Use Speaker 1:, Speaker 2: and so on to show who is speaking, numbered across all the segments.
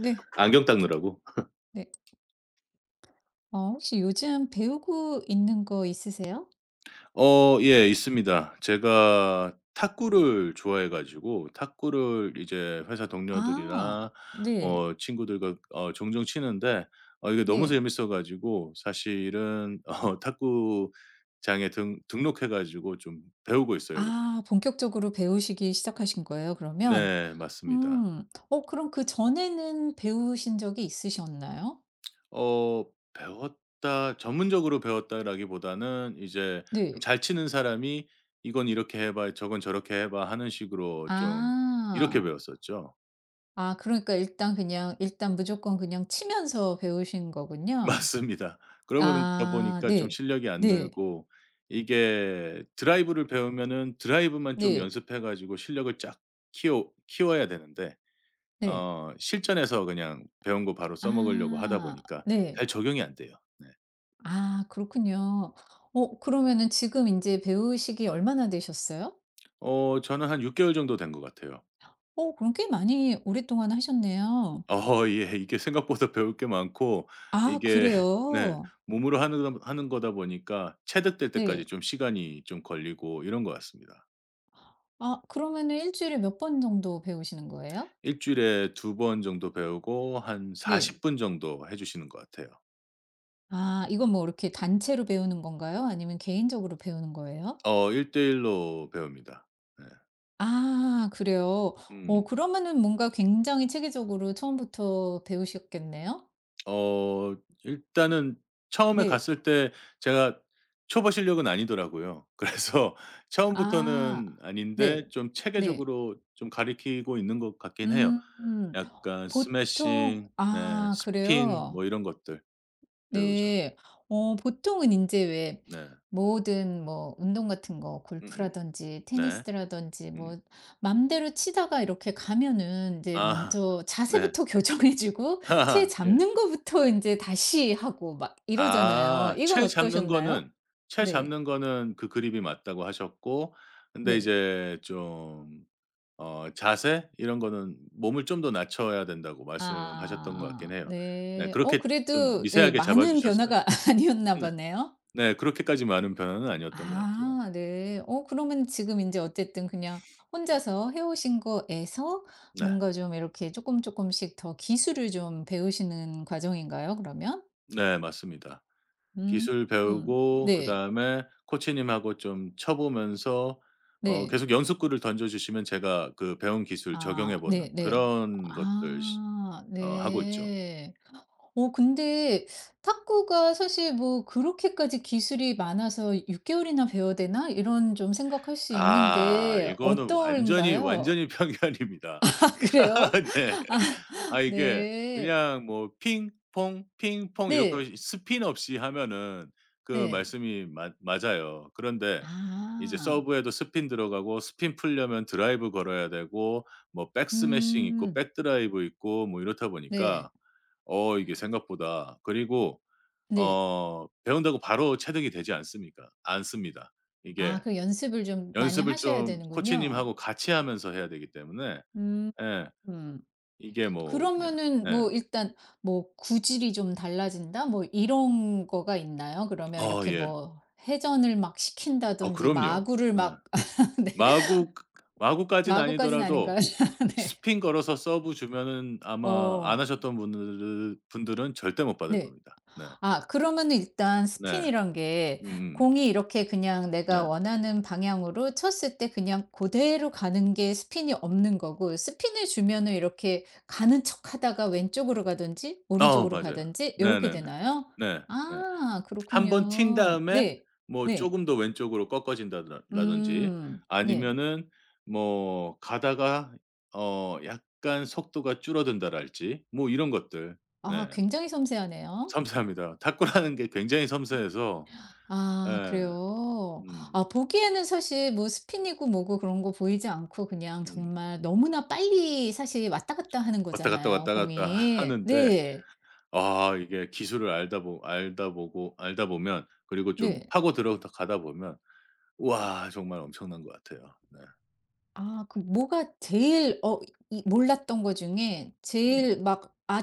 Speaker 1: 네.
Speaker 2: 안경 닦느라고?
Speaker 1: 네. 혹시 요즘 배우고 있는 거 있으세요?
Speaker 2: 예 있습니다. 제가 탁구를 좋아해 가지고 탁구를 이제 회사
Speaker 1: 아.
Speaker 2: 동료들이나
Speaker 1: 네.
Speaker 2: 뭐 친구들과 종종 치는데 이게 너무
Speaker 1: 네.
Speaker 2: 재밌어 가지고 사실은 탁구장에 등 등록해 가지고 좀 배우고 있어요.
Speaker 1: 아, 본격적으로 배우시기 시작하신 거예요 그러면?
Speaker 2: 네, 맞습니다.
Speaker 1: 음. 그럼 그전에는 배우신 적이 있으셨나요?
Speaker 2: 어 배웠다 전문적으로 배웠다라기보다는 이제 좀
Speaker 1: 네.
Speaker 2: 잘 치는 사람이 "이건 이렇게 해 봐. 저건 저렇게 해 봐." 하는 식으로 좀 이렇게
Speaker 1: 아.
Speaker 2: 배웠었죠.
Speaker 1: 아, 그러니까 일단 그냥 일단 무조건 그냥 치면서 배우신 거군요.
Speaker 2: 맞습니다. 그러다
Speaker 1: 아
Speaker 2: 보니까 좀
Speaker 1: 네.
Speaker 2: 실력이 안
Speaker 1: 네.
Speaker 2: 늘고, 이게 드라이브를 배우면은 드라이브만 좀
Speaker 1: 네.
Speaker 2: 연습해 가지고 실력을 쫙 키워야 되는데,
Speaker 1: 네.
Speaker 2: 실전에서 그냥 배운 거 바로 써먹으려고 하다
Speaker 1: 아
Speaker 2: 보니까
Speaker 1: 네.
Speaker 2: 잘 적용이 안 돼요. 네.
Speaker 1: 아 그렇군요. 그러면은 지금 이제 배우시기 얼마나 되셨어요?
Speaker 2: 저는 한 6 개월 정도 된 것 같아요.
Speaker 1: 그럼 꽤 많이 오랫동안 하셨네요.
Speaker 2: 예. 이게 생각보다 배울 게 많고,
Speaker 1: 아
Speaker 2: 이게 네,
Speaker 1: 그래요?
Speaker 2: 몸으로 하는 하는 거다 보니까 체득될 때까지
Speaker 1: 네.
Speaker 2: 좀 시간이 좀 걸리고 이런 것 같습니다.
Speaker 1: 아 그러면은 일 주일에 몇 번 정도 배우시는 거예요?
Speaker 2: 일 주일에 2번 정도 배우고 한
Speaker 1: 네.
Speaker 2: 40분 정도 해 주시는 것 같아요.
Speaker 1: 아, 이건 뭐 이렇게 단체로 배우는 건가요? 아니면 개인적으로 배우는 거예요?
Speaker 2: 어대1로 배웁니다. 네.
Speaker 1: 아 그래요?
Speaker 2: 음.
Speaker 1: 그러면은 뭔가 굉장히 체계적으로 처음부터 배우셨겠네요?
Speaker 2: 어 일단은 처음에
Speaker 1: 네.
Speaker 2: 갔을 때 제가 초보 실력은 아니더라고요. 그래서
Speaker 1: 아.
Speaker 2: 처음부터는
Speaker 1: 네.
Speaker 2: 아닌데 좀
Speaker 1: 네.
Speaker 2: 체계적으로 좀 가리키고 있는 것 같긴 해요.
Speaker 1: 음.
Speaker 2: 약간
Speaker 1: 보통
Speaker 2: 스매싱, 네,
Speaker 1: 아
Speaker 2: 스핀 뭐
Speaker 1: 그래요?
Speaker 2: 이런 것들 배우죠.
Speaker 1: 네. 보통은 인제 왜
Speaker 2: 네.
Speaker 1: 모든 뭐 운동 같은 거
Speaker 2: 음음.
Speaker 1: 골프라든지
Speaker 2: 네.
Speaker 1: 테니스라든지
Speaker 2: 음.
Speaker 1: 뭐 맘대로 치다가 이렇게 가면은 인제
Speaker 2: 아.
Speaker 1: 먼저
Speaker 2: 네.
Speaker 1: 자세부터 교정해 주고 채
Speaker 2: 예.
Speaker 1: 잡는 거부터 인제 다시 하고 막 이러잖아요.
Speaker 2: 아,
Speaker 1: 이건
Speaker 2: 채 잡는
Speaker 1: 어떠셨나요?
Speaker 2: 거는 채
Speaker 1: 네.
Speaker 2: 잡는 거는 그 그립이 맞다고 하셨고, 근데
Speaker 1: 네.
Speaker 2: 이제 좀 자세 이런 거는 몸을 좀 더 낮춰야 된다고 말씀하셨던 것 같긴
Speaker 1: 아
Speaker 2: 해요. 네,
Speaker 1: 네.
Speaker 2: 그렇게 좀
Speaker 1: 그래도 네
Speaker 2: 미세하게 잡아
Speaker 1: 많은
Speaker 2: 주셨어요.
Speaker 1: 변화가 아니었나
Speaker 2: 네.
Speaker 1: 보네요.
Speaker 2: 네, 그렇게까지 많은 변화는 아니었던 것 같아요.
Speaker 1: 아 네. 그러면 지금 이제 어쨌든 그냥 혼자서 해 오신 거에서
Speaker 2: 네.
Speaker 1: 뭔가 좀 이렇게 조금씩 더 기술을 좀 배우시는 과정인가요 그러면?
Speaker 2: 네, 맞습니다.
Speaker 1: 음.
Speaker 2: 기술
Speaker 1: 음.
Speaker 2: 배우고
Speaker 1: 네.
Speaker 2: 그다음에 코치님하고 좀 쳐 보면서
Speaker 1: 네.
Speaker 2: 계속 연습구를 던져 주시면 제가 그 배운 기술
Speaker 1: 아
Speaker 2: 적용해 보는
Speaker 1: 네네.
Speaker 2: 그런 것들, 시
Speaker 1: 아
Speaker 2: 어 하고 있죠.
Speaker 1: 네. 근데 탁구가 사실 뭐 '그렇게까지 기술이 많아서 6 개월이나 배워야 되나?' 이런 좀 생각할 수
Speaker 2: 아,
Speaker 1: 있는데
Speaker 2: 이거는 완전히,
Speaker 1: 어떤가요?
Speaker 2: 완전히 편견입니다.
Speaker 1: 그래요?
Speaker 2: 네.
Speaker 1: 아
Speaker 2: 아, 이게
Speaker 1: 네.
Speaker 2: 그냥 뭐 핑퐁, 핑퐁
Speaker 1: 네.
Speaker 2: 이렇게 스핀 없이 하면은 그
Speaker 1: 네.
Speaker 2: 말씀이 맞 맞아요. 그런데 이제
Speaker 1: 아.
Speaker 2: 서브에도 스핀 들어가고, 스핀 풀려면 드라이브 걸어야 되고, 뭐 백 스매싱 있고
Speaker 1: 음.
Speaker 2: 백 드라이브 있고, 뭐 이렇다
Speaker 1: 네.
Speaker 2: 보니까 이게 생각보다, 그리고
Speaker 1: 네.
Speaker 2: 배운다고 바로 체득이 되지 않습니까? 않습니다. 이게
Speaker 1: 아, 그 연습을 좀 많이
Speaker 2: 연습을
Speaker 1: 하셔야
Speaker 2: 좀
Speaker 1: 되는군요.
Speaker 2: 코치님하고 같이 하면서 해야 되기 때문에,
Speaker 1: 음.
Speaker 2: 예, 이게 뭐 그냥.
Speaker 1: 그러면은
Speaker 2: 네.
Speaker 1: 뭐 일단 뭐 구질이 좀 달라진다 뭐 이런 거가 있나요? 그러면
Speaker 2: 아,
Speaker 1: 이렇게
Speaker 2: 예.
Speaker 1: 뭐 회전을 막
Speaker 2: 아,
Speaker 1: 시킨다든지
Speaker 2: 그럼요.
Speaker 1: 마구를
Speaker 2: 네.
Speaker 1: 막 네.
Speaker 2: 마구 마구까지는
Speaker 1: 마구까지는 아닌가요?
Speaker 2: 아니더라도
Speaker 1: 네.
Speaker 2: 스핀 걸어서 서브 주면은 아마 안
Speaker 1: 어.
Speaker 2: 하셨던 분들은 절대 못 받을
Speaker 1: 네.
Speaker 2: 겁니다. 네.
Speaker 1: 아 그러면은 일단
Speaker 2: 네.
Speaker 1: 스핀이란 게
Speaker 2: 음음.
Speaker 1: 공이 이렇게 그냥 내가
Speaker 2: 네.
Speaker 1: 원하는 방향으로 쳤을 때 그냥 고대로 가는 게 스핀이 없는 거고 스핀을 주면은 이렇게 가는 척하다가 왼쪽으로 가든지 오른쪽으로
Speaker 2: 맞아요.
Speaker 1: 가든지 요렇게
Speaker 2: 네네네.
Speaker 1: 되나요?
Speaker 2: 네. 네.
Speaker 1: 아
Speaker 2: 한 번 튄
Speaker 1: 그렇군요.
Speaker 2: 다음에
Speaker 1: 네.
Speaker 2: 뭐
Speaker 1: 네.
Speaker 2: 쪼금 더 왼쪽으로 꺾어진다더 라든지,
Speaker 1: 음. 네.
Speaker 2: 아니면은 뭐 가다가 약간 속도가 줄어든다랄지 뭐 이런 것들.
Speaker 1: 아
Speaker 2: 네.
Speaker 1: 굉장히 섬세하네요.
Speaker 2: 섬세합니다. 탁구라는 게 굉장히 섬세해서. 예.
Speaker 1: 아 그래요?
Speaker 2: 음.
Speaker 1: 아 보기에는 사실 뭐 스핀이고 뭐고 그런 거 보이지 않고 그냥
Speaker 2: 음.
Speaker 1: 정말 너무나 빨리 사실 왔다 갔다 하는
Speaker 2: 왔다 갔다,
Speaker 1: 거잖아요
Speaker 2: 왔다 갔다
Speaker 1: 공이.
Speaker 2: 하는데
Speaker 1: 네.
Speaker 2: 아 이게 기술을 알다 보 알다 보고 알다 보면, 그리고 좀
Speaker 1: 네.
Speaker 2: 파고 들어가다 보면 와 정말 엄청난 것 같아요. 네.
Speaker 1: 아 그 뭐가 제일 이 몰랐던 거 중에
Speaker 2: 음.
Speaker 1: 제일 막 '아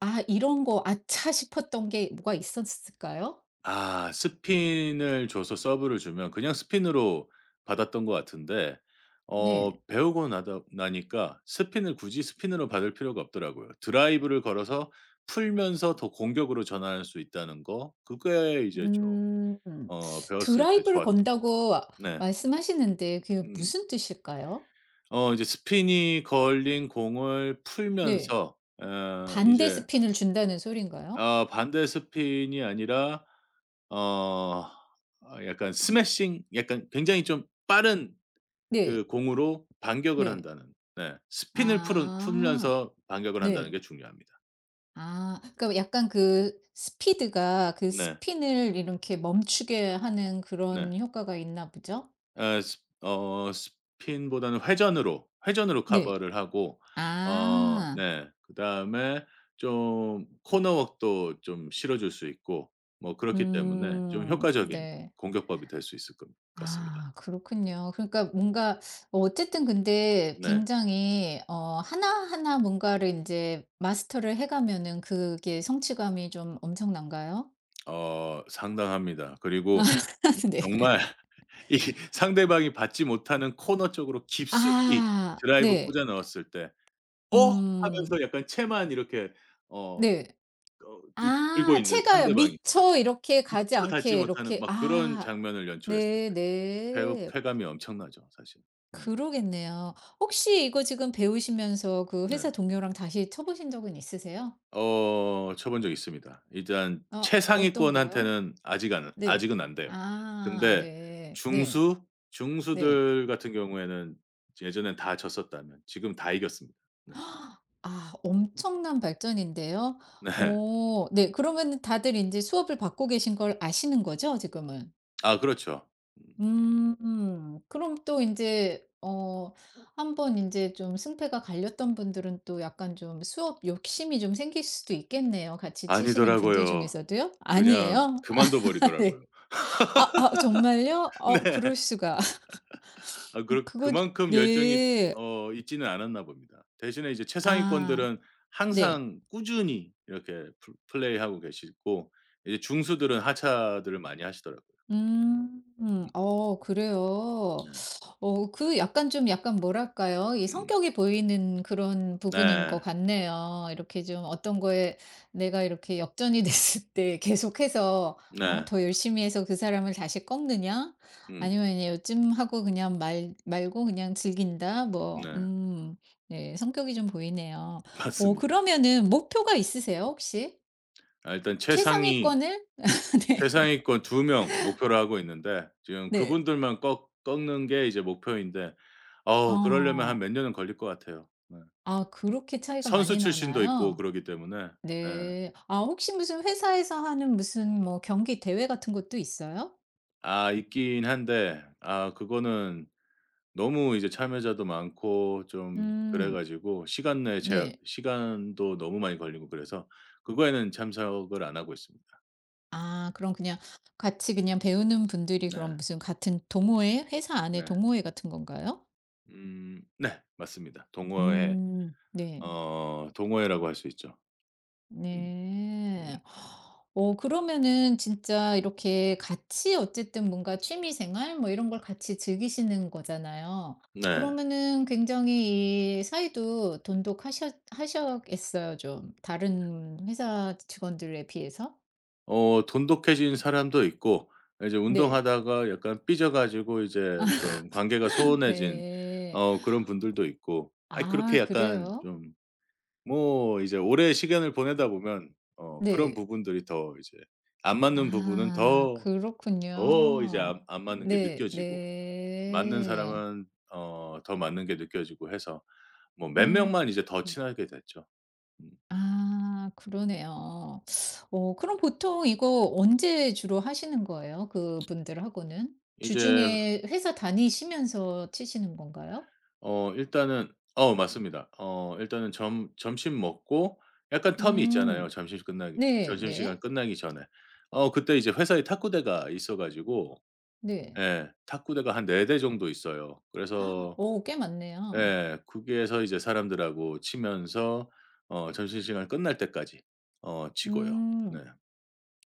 Speaker 1: 아 이런 거 아차.' 싶었던 게 뭐가 있었을까요?
Speaker 2: 아, 스핀을 줘서 서브를 주면 그냥 스핀으로 받았던 것 같은데,
Speaker 1: 네.
Speaker 2: 배우고 나다 나니까 스핀을 굳이 스핀으로 받을 필요가 없더라고요. 드라이브를 걸어서 풀면서 더 공격으로 전환할 수 있다는 거, 그게 이제 좀
Speaker 1: 음.
Speaker 2: 배웠을 때
Speaker 1: 드라이브를
Speaker 2: 좋았던.
Speaker 1: 건다고
Speaker 2: 네.
Speaker 1: 말씀하시는데 그게
Speaker 2: 음.
Speaker 1: 무슨 뜻일까요?
Speaker 2: 이제 스핀이 걸린 공을
Speaker 1: 네.
Speaker 2: 풀면서
Speaker 1: 반대
Speaker 2: 이제,
Speaker 1: 스핀을 준다는 소린가요?
Speaker 2: 아, 반대 스핀이 아니라 어 아, 약간 스매싱, 약간 굉장히 좀 빠른
Speaker 1: 네.
Speaker 2: 그 공으로 반격을
Speaker 1: 네.
Speaker 2: 한다는, 네, 스핀을 풀은
Speaker 1: 아.
Speaker 2: 풀면서 반격을 한다는
Speaker 1: 네.
Speaker 2: 게 중요합니다.
Speaker 1: 아. 그러니까 약간 그 스피드가 그
Speaker 2: 네.
Speaker 1: 스핀을 이렇게 멈추게 하는
Speaker 2: 네.
Speaker 1: 그런 효과가 있나 보죠?
Speaker 2: 아 스 어 스핀보다는 회전으로, 회전으로
Speaker 1: 네.
Speaker 2: 커버를 하고
Speaker 1: 아.
Speaker 2: 네 그다음에 좀 코너 웍도 좀 실어 줄 수 있고, 뭐 그렇기 때문에 좀
Speaker 1: 음.
Speaker 2: 효과적인
Speaker 1: 네.
Speaker 2: 공격법이 될 수 있을 것 같습니다.
Speaker 1: 아 그렇군요. 그러니까 뭔가 어쨌든 근데
Speaker 2: 네.
Speaker 1: 굉장히 하나하나 뭔가를 인제 마스터를 해 가면은 그게 성취감이 좀 엄청난가요?
Speaker 2: 상당합니다.
Speaker 1: 아
Speaker 2: 그리고
Speaker 1: 네.
Speaker 2: 정말 이 상대방이 받지 못하는 코너 쪽으로 깊숙이
Speaker 1: 아
Speaker 2: 드라이브
Speaker 1: 네.
Speaker 2: 꽂아 넣었을 때 "어?"
Speaker 1: 음
Speaker 2: 하면서 약간 채만 이렇게 어
Speaker 1: 네.
Speaker 2: 이 들고
Speaker 1: 아
Speaker 2: 있는
Speaker 1: 채가요.
Speaker 2: 상대방이 있어
Speaker 1: 미처 이렇게 가지
Speaker 2: 미처 닿지
Speaker 1: 않게
Speaker 2: 못하는
Speaker 1: 이렇게
Speaker 2: 막 그런
Speaker 1: 아
Speaker 2: 장면을 연출했을 때 쾌
Speaker 1: 네네.
Speaker 2: 쾌감이 엄청나죠 사실. 음.
Speaker 1: 그러겠네요. 혹시 이거 지금 배우시면서 그
Speaker 2: 네.
Speaker 1: 회사 동료랑 다시 쳐 보신 적은 있으세요?
Speaker 2: 쳐본 적 있습니다. 일단
Speaker 1: 아 어떤가요?
Speaker 2: 최상위권한테는
Speaker 1: 네.
Speaker 2: 아직은 안 돼요.
Speaker 1: 아
Speaker 2: 근데
Speaker 1: 네. 네.
Speaker 2: 중수,
Speaker 1: 네.
Speaker 2: 중수들 같은 경우에는 예전엔 다 졌었다면 지금 다 이겼습니다. 네.
Speaker 1: 헉, 아 엄청난 발전인데요.
Speaker 2: 네.
Speaker 1: 오 네, 그러면 다들 이제 수업을 받고 계신 걸 아시는 거죠 지금은?
Speaker 2: 아, 그렇죠. 음.
Speaker 1: 음. 그럼 또 이제 한번 이제 좀 승패가 갈렸던 분들은 또 약간 좀 수업 욕심이 좀 생길 수도 있겠네요, 같이 치시는 분들
Speaker 2: 아니더라고요.
Speaker 1: 중에서도요?
Speaker 2: 그냥
Speaker 1: 아니에요?
Speaker 2: 그만둬
Speaker 1: 아
Speaker 2: 버리더라고요.
Speaker 1: 네. 아 아 정말요? 어 그럴
Speaker 2: 네.
Speaker 1: 수가.
Speaker 2: 아, 그
Speaker 1: 그거
Speaker 2: 그만큼 열정이
Speaker 1: 네.
Speaker 2: 있지는 않았나 봅니다. 대신에 이제
Speaker 1: 아.
Speaker 2: 최상위권들은
Speaker 1: 네.
Speaker 2: 항상 꾸준히 이렇게 플 플레이하고 계시고, 이제 중수들은 하차들을 많이 하시더라고요.
Speaker 1: 음.
Speaker 2: 음.
Speaker 1: 어 그래요.
Speaker 2: 네.
Speaker 1: 그 약간 좀 약간 뭐랄까요? 이
Speaker 2: 음.
Speaker 1: 성격이 보이는 그런 부분인 것
Speaker 2: 네.
Speaker 1: 같네요. 이렇게 좀 어떤 거에 내가 이렇게 역전이 됐을 때 계속해서 어
Speaker 2: 네.
Speaker 1: 더 열심히 해서 그 사람을 다시 꺾느냐?
Speaker 2: 음.
Speaker 1: 아니면 이제 요즘 하고 그냥 말 말고 그냥 즐긴다? 뭐
Speaker 2: 네.
Speaker 1: 네 성격이 좀 보이네요.
Speaker 2: 맞습니다.
Speaker 1: 그러면은 목표가 있으세요 혹시?
Speaker 2: 아, 일단
Speaker 1: 최상위권을? 네.
Speaker 2: 최상위권 2명 목표로 하고 있는데, 지금
Speaker 1: 네.
Speaker 2: 그분들만 꺾 꺾는 게 이제 목표인데 어우 그러려면 한
Speaker 1: 어.
Speaker 2: 몇 년은 걸릴 것 같아요. 네.
Speaker 1: 아 그렇게 차이가
Speaker 2: 선수
Speaker 1: 많이
Speaker 2: 출신도 있고
Speaker 1: 나나요?
Speaker 2: 그러기 때문에. 예.
Speaker 1: 네. 아 혹시 무슨 회사에서 하는 무슨 뭐 경기 대회 같은 것도 있어요?
Speaker 2: 아, 있긴 한데, 아, 그거는 너무 이제 참여자도 많고 좀 그래
Speaker 1: 음.
Speaker 2: 가지고 시간 내 제약,
Speaker 1: 네.
Speaker 2: 시간도 너무 많이 걸리고 그래서 그거에는 참석을 안 하고 있습니다.
Speaker 1: 아 그럼 그냥 같이 그냥 배우는 분들이 그럼
Speaker 2: 네.
Speaker 1: 무슨 같은 동호회? 회사 안에
Speaker 2: 네.
Speaker 1: 동호회 같은 건가요?
Speaker 2: 음. 네, 맞습니다.
Speaker 1: 음. 네.
Speaker 2: 동호회라고 할 수 있죠. 음. 음.
Speaker 1: 네. 그러면은 진짜 이렇게 같이 어쨌든 뭔가 취미 생활 뭐 이런 걸 같이 즐기시는 거잖아요.
Speaker 2: 네.
Speaker 1: 그러면은 굉장히 이 사이도 돈독하셨 하셨겠어요 좀. 다른 회사 직원들에 비해서?
Speaker 2: 돈독해진 사람도 있고, 이제
Speaker 1: 네.
Speaker 2: 운동하다가 약간 삐져 가지고 이제 좀 관계가 소원해진
Speaker 1: 네.
Speaker 2: 그런 분들도 있고, 아이 그렇게
Speaker 1: 아
Speaker 2: 약간
Speaker 1: 그래요?
Speaker 2: 좀 뭐 이제 오래 시간을 보내다 보면 그런
Speaker 1: 네.
Speaker 2: 부분들이 더 이제 안 맞는 부분은
Speaker 1: 아
Speaker 2: 더 이제
Speaker 1: 그렇군요.
Speaker 2: 안 맞는 게
Speaker 1: 네.
Speaker 2: 느껴지고, 맞는
Speaker 1: 네.
Speaker 2: 사람은 더 맞는 게 느껴지고 해서 뭐 몇
Speaker 1: 음.
Speaker 2: 명만 이제 더 친하게 됐죠. 음.
Speaker 1: 아 그러네요. 그럼 보통 이거 언제 주로 하시는 거예요? 그분들하고는?
Speaker 2: 이제
Speaker 1: 주중에 회사 다니시면서 치시는 건가요?
Speaker 2: 일단은, 맞습니다. 일단은 점 점심 먹고 약간 텀이 음
Speaker 1: 음.
Speaker 2: 있잖아요,
Speaker 1: 네
Speaker 2: 점심시간
Speaker 1: 네.
Speaker 2: 끝나기 전에. 그때 이제 회사에 탁구대가 있어 가지고,
Speaker 1: 네.
Speaker 2: 예, 탁구대가 한 4대 정도 있어요. 그래서,
Speaker 1: 오 꽤 많네요.
Speaker 2: 예, 거기에서 이제 사람들하고 치면서 점심시간 끝날 때까지 치고요.
Speaker 1: 음.
Speaker 2: 네.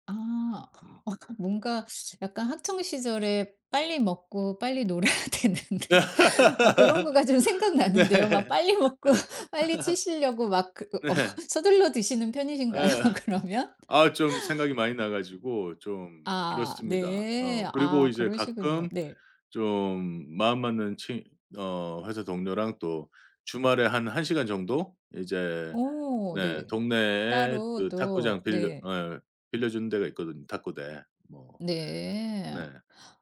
Speaker 1: 아.
Speaker 2: 음.
Speaker 1: 어 뭔가 약간 학창 시절에 빨리 먹고 빨리 놀아야 되는 어 그런 거가 좀 생각나는데요. 막
Speaker 2: 네.
Speaker 1: 빨리 먹고 빨리 치시려고 막 그 어
Speaker 2: 네.
Speaker 1: 서둘러 드시는
Speaker 2: 네.
Speaker 1: 편이신가요
Speaker 2: 예.
Speaker 1: 그러면?
Speaker 2: 아, 좀 생각이 많이 나 가지고 좀
Speaker 1: 아
Speaker 2: 그렇습니다.
Speaker 1: 네.
Speaker 2: 그리고
Speaker 1: 아
Speaker 2: 이제
Speaker 1: 그러시군요.
Speaker 2: 가끔
Speaker 1: 네.
Speaker 2: 좀 마음 맞는 친 어 회사 동료랑 또 주말에 한 1 시간 정도 이제,
Speaker 1: 오
Speaker 2: 네,
Speaker 1: 네.
Speaker 2: 동네에
Speaker 1: 따로
Speaker 2: 그 탁구장
Speaker 1: 또
Speaker 2: 빌려,
Speaker 1: 네.
Speaker 2: 예, 빌려주는 데가 있거든요 탁구대. 뭐.
Speaker 1: 네.
Speaker 2: 네.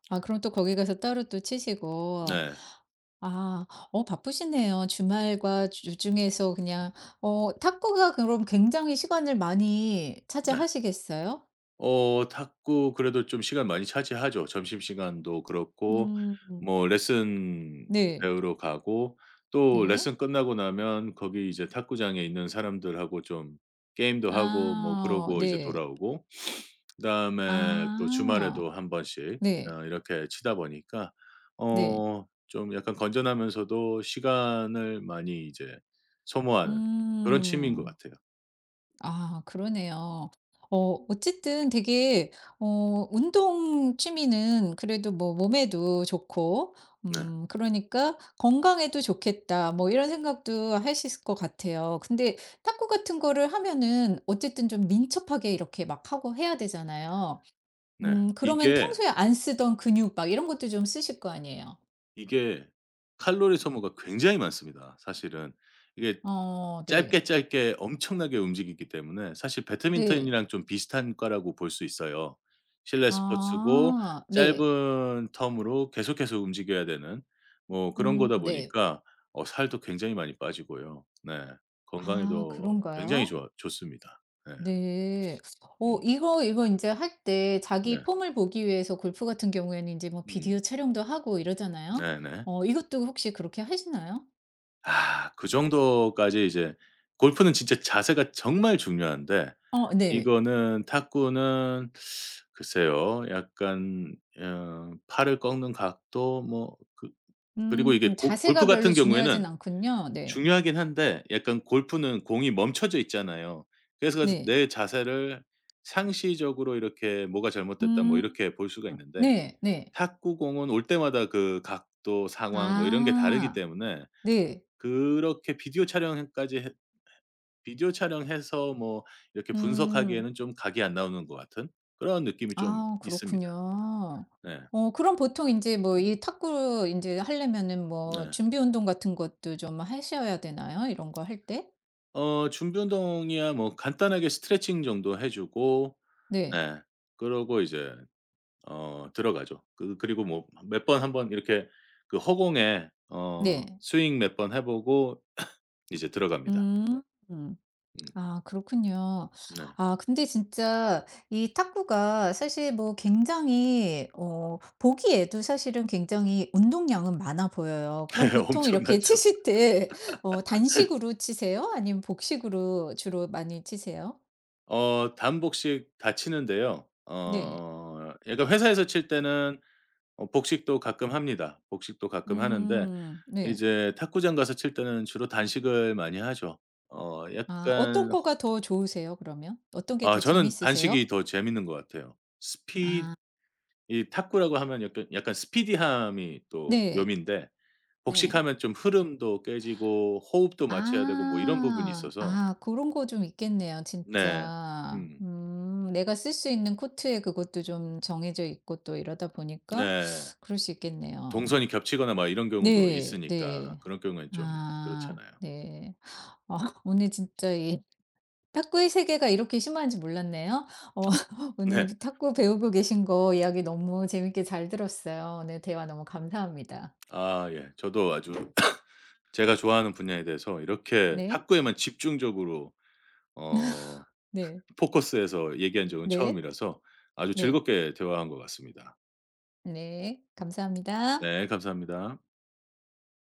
Speaker 1: 아 그럼 또 거기 가서 따로 또 치시고.
Speaker 2: 네.
Speaker 1: 아 어 바쁘시네요. 주말과 주중에서 그냥 탁구가 그럼 굉장히 시간을 많이
Speaker 2: 네.
Speaker 1: 차지하시겠어요?
Speaker 2: 탁구 그래도 좀 시간 많이 차지하죠. 점심시간도 그렇고,
Speaker 1: 음.
Speaker 2: 뭐 레슨
Speaker 1: 네.
Speaker 2: 배우러 가고 또
Speaker 1: 네.
Speaker 2: 레슨 끝나고 나면 거기 이제 탁구장에 있는 사람들하고 좀 게임도 하고 뭐
Speaker 1: 아
Speaker 2: 그러고 이제
Speaker 1: 네.
Speaker 2: 돌아오고 그다음에 또
Speaker 1: 아
Speaker 2: 주말에도 한 번씩
Speaker 1: 네.
Speaker 2: 이렇게 치다 보니까
Speaker 1: 네.
Speaker 2: 좀 약간 건전하면서도 시간을 많이 이제 소모하는 그런 취미인 것
Speaker 1: 음.
Speaker 2: 같아요.
Speaker 1: 아 그러네요. 어 어쨌든 되게 운동 취미는 그래도 뭐 몸에도 좋고
Speaker 2: 네.
Speaker 1: 그러니까 '건강에도 좋겠다.' 뭐 이런 생각도 할 수 있을 것 같아요. 근데 탁구 같은 거를 하면은 어쨌든 좀 민첩하게 이렇게 막 하고 해야 되잖아요.
Speaker 2: 네.
Speaker 1: 그러면
Speaker 2: 이게
Speaker 1: 평소에 안 쓰던 근육 막 이런 것도 좀 쓰실 거 아니에요.
Speaker 2: 이게 칼로리 소모가 굉장히 많습니다 사실은. 이게
Speaker 1: 어 네.
Speaker 2: 짧게 짧게 엄청나게 움직이기 때문에 사실
Speaker 1: 네.
Speaker 2: 배드민턴이랑 좀 비슷한 과라고 볼 수 있어요. 실내 스포츠고
Speaker 1: 아 네.
Speaker 2: 짧은 텀으로 계속해서 움직여야 되는 뭐 그런 거다
Speaker 1: 네.
Speaker 2: 보니까 살도 굉장히 많이 빠지고요. 네.
Speaker 1: 아
Speaker 2: 건강에도 굉장히
Speaker 1: 그런가요?
Speaker 2: 좋아 좋습니다. 네.
Speaker 1: 네. 어
Speaker 2: 음.
Speaker 1: 이거, 이제 할 때
Speaker 2: 네.
Speaker 1: 자기 폼을 보기 위해서 골프 같은 경우에는 이제 뭐
Speaker 2: 음.
Speaker 1: 비디오 촬영도 하고 이러잖아요.
Speaker 2: 네네.
Speaker 1: 어 이것도 혹시 그렇게 하시나요?
Speaker 2: 아, 그 정도까지 이제, 골프는 진짜 자세가 정말 중요한데
Speaker 1: 어 네.
Speaker 2: 이거는 탁구는 글쎄요, 약간 팔을 꺾는 각도 뭐, 그리고 이게 고 골프
Speaker 1: 자세가 별로
Speaker 2: 같은
Speaker 1: 중요하진
Speaker 2: 경우에는
Speaker 1: 않군요. 네.
Speaker 2: 중요하긴 한데, 약간 골프는 공이 멈춰져 있잖아요. 그래서 가서
Speaker 1: 네.
Speaker 2: 내 자세를 상시적으로 이렇게 '뭐가 잘못됐다.' 뭐
Speaker 1: 음.
Speaker 2: 이렇게 볼 수가 있는데,
Speaker 1: 네 네.
Speaker 2: 탁구공은 올 때마다 그 각도, 상황 뭐 이런 게 다르기
Speaker 1: 아.
Speaker 2: 때문에
Speaker 1: 네.
Speaker 2: 그렇게 비디오 촬영까지 해 비디오 촬영해서 뭐 이렇게
Speaker 1: 음.
Speaker 2: 분석하기에는 좀 각이 안 나오는 것 같은 그런 느낌이 좀
Speaker 1: 아
Speaker 2: 있습니다.
Speaker 1: 그렇군요.
Speaker 2: 네.
Speaker 1: 어 그럼 보통 이제 뭐
Speaker 2: 음.
Speaker 1: 이 탁구 이제 하려면은 뭐
Speaker 2: 네.
Speaker 1: 준비 운동 같은 것도 좀 하셔야 되나요? 이런 거 할 때?
Speaker 2: 준비 운동이야 뭐 간단하게 스트레칭 정도 해 주고,
Speaker 1: 네.
Speaker 2: 네, 그러고 이제 들어가죠. 그리고 뭐 몇 번 한번 이렇게 그 허공에
Speaker 1: 네.
Speaker 2: 스윙 몇 번 해 보고 이제 들어갑니다.
Speaker 1: 음. 음.
Speaker 2: 음.
Speaker 1: 아 그렇군요.
Speaker 2: 네.
Speaker 1: 아 근데 진짜 이 탁구가 사실 뭐 굉장히 어 보기에도 사실은 굉장히 운동량은 많아 보여요. 그럼 보통 이렇게
Speaker 2: 엄청나죠.
Speaker 1: 치실 때 어 단식으로 치세요? 아니면 복식으로 주로 많이 치세요?
Speaker 2: 단복식 다 치는데요.
Speaker 1: 네.
Speaker 2: 얘가 회사에서 칠 때는 복식도 가끔 합니다. 복식도 가끔 하는데
Speaker 1: 음. 네.
Speaker 2: 이제 탁구장 가서 칠 때는 주로 단식을 많이 하죠.
Speaker 1: 아 어떤
Speaker 2: 약간,
Speaker 1: 거가 더 좋으세요 그러면? 어떤 게
Speaker 2: 아,
Speaker 1: 더
Speaker 2: 저는 단식이
Speaker 1: 재밌으세요?
Speaker 2: 더 재밌는 것 같아요. 스피
Speaker 1: 아
Speaker 2: 이 탁구라고 하면 약간 스피디함이 또
Speaker 1: 네.
Speaker 2: 묘미인데
Speaker 1: 네.
Speaker 2: 복식하면 좀 흐름도 깨지고 호흡도 맞춰야 되고 뭐 이런 부분이
Speaker 1: 아.
Speaker 2: 있어서.
Speaker 1: 아 그런 거 좀 있겠네요
Speaker 2: 네.
Speaker 1: 진짜.
Speaker 2: 음.
Speaker 1: 내가 쓸 수 있는 코트에 그것도 좀 정해져 있고 또 이러다 보니까
Speaker 2: 네.
Speaker 1: 그럴 수 있겠네요.
Speaker 2: 동선이 겹치거나 막 이런 경우도
Speaker 1: 네.
Speaker 2: 있으니까
Speaker 1: 네.
Speaker 2: 그런 경우엔 좀
Speaker 1: 아
Speaker 2: 그렇잖아요.
Speaker 1: 네. 아 오늘 진짜 이 탁구의 세계가 이렇게 심한지 몰랐네요. 어 오늘
Speaker 2: 네.
Speaker 1: 탁구 배우고 계신 거 이야기 너무 재밌게 잘 들었어요. 오늘 대화 너무 감사합니다.
Speaker 2: 아, 예. 저도 아주 제가 좋아하는 분야에 대해서 이렇게
Speaker 1: 네.
Speaker 2: 탁구에만 집중적으로 어
Speaker 1: 네.
Speaker 2: 포커스해서 얘기한 적은
Speaker 1: 네.
Speaker 2: 처음이라서 아주
Speaker 1: 네.
Speaker 2: 즐겁게 대화한 것 같습니다.
Speaker 1: 네. 감사합니다.
Speaker 2: 네, 감사합니다.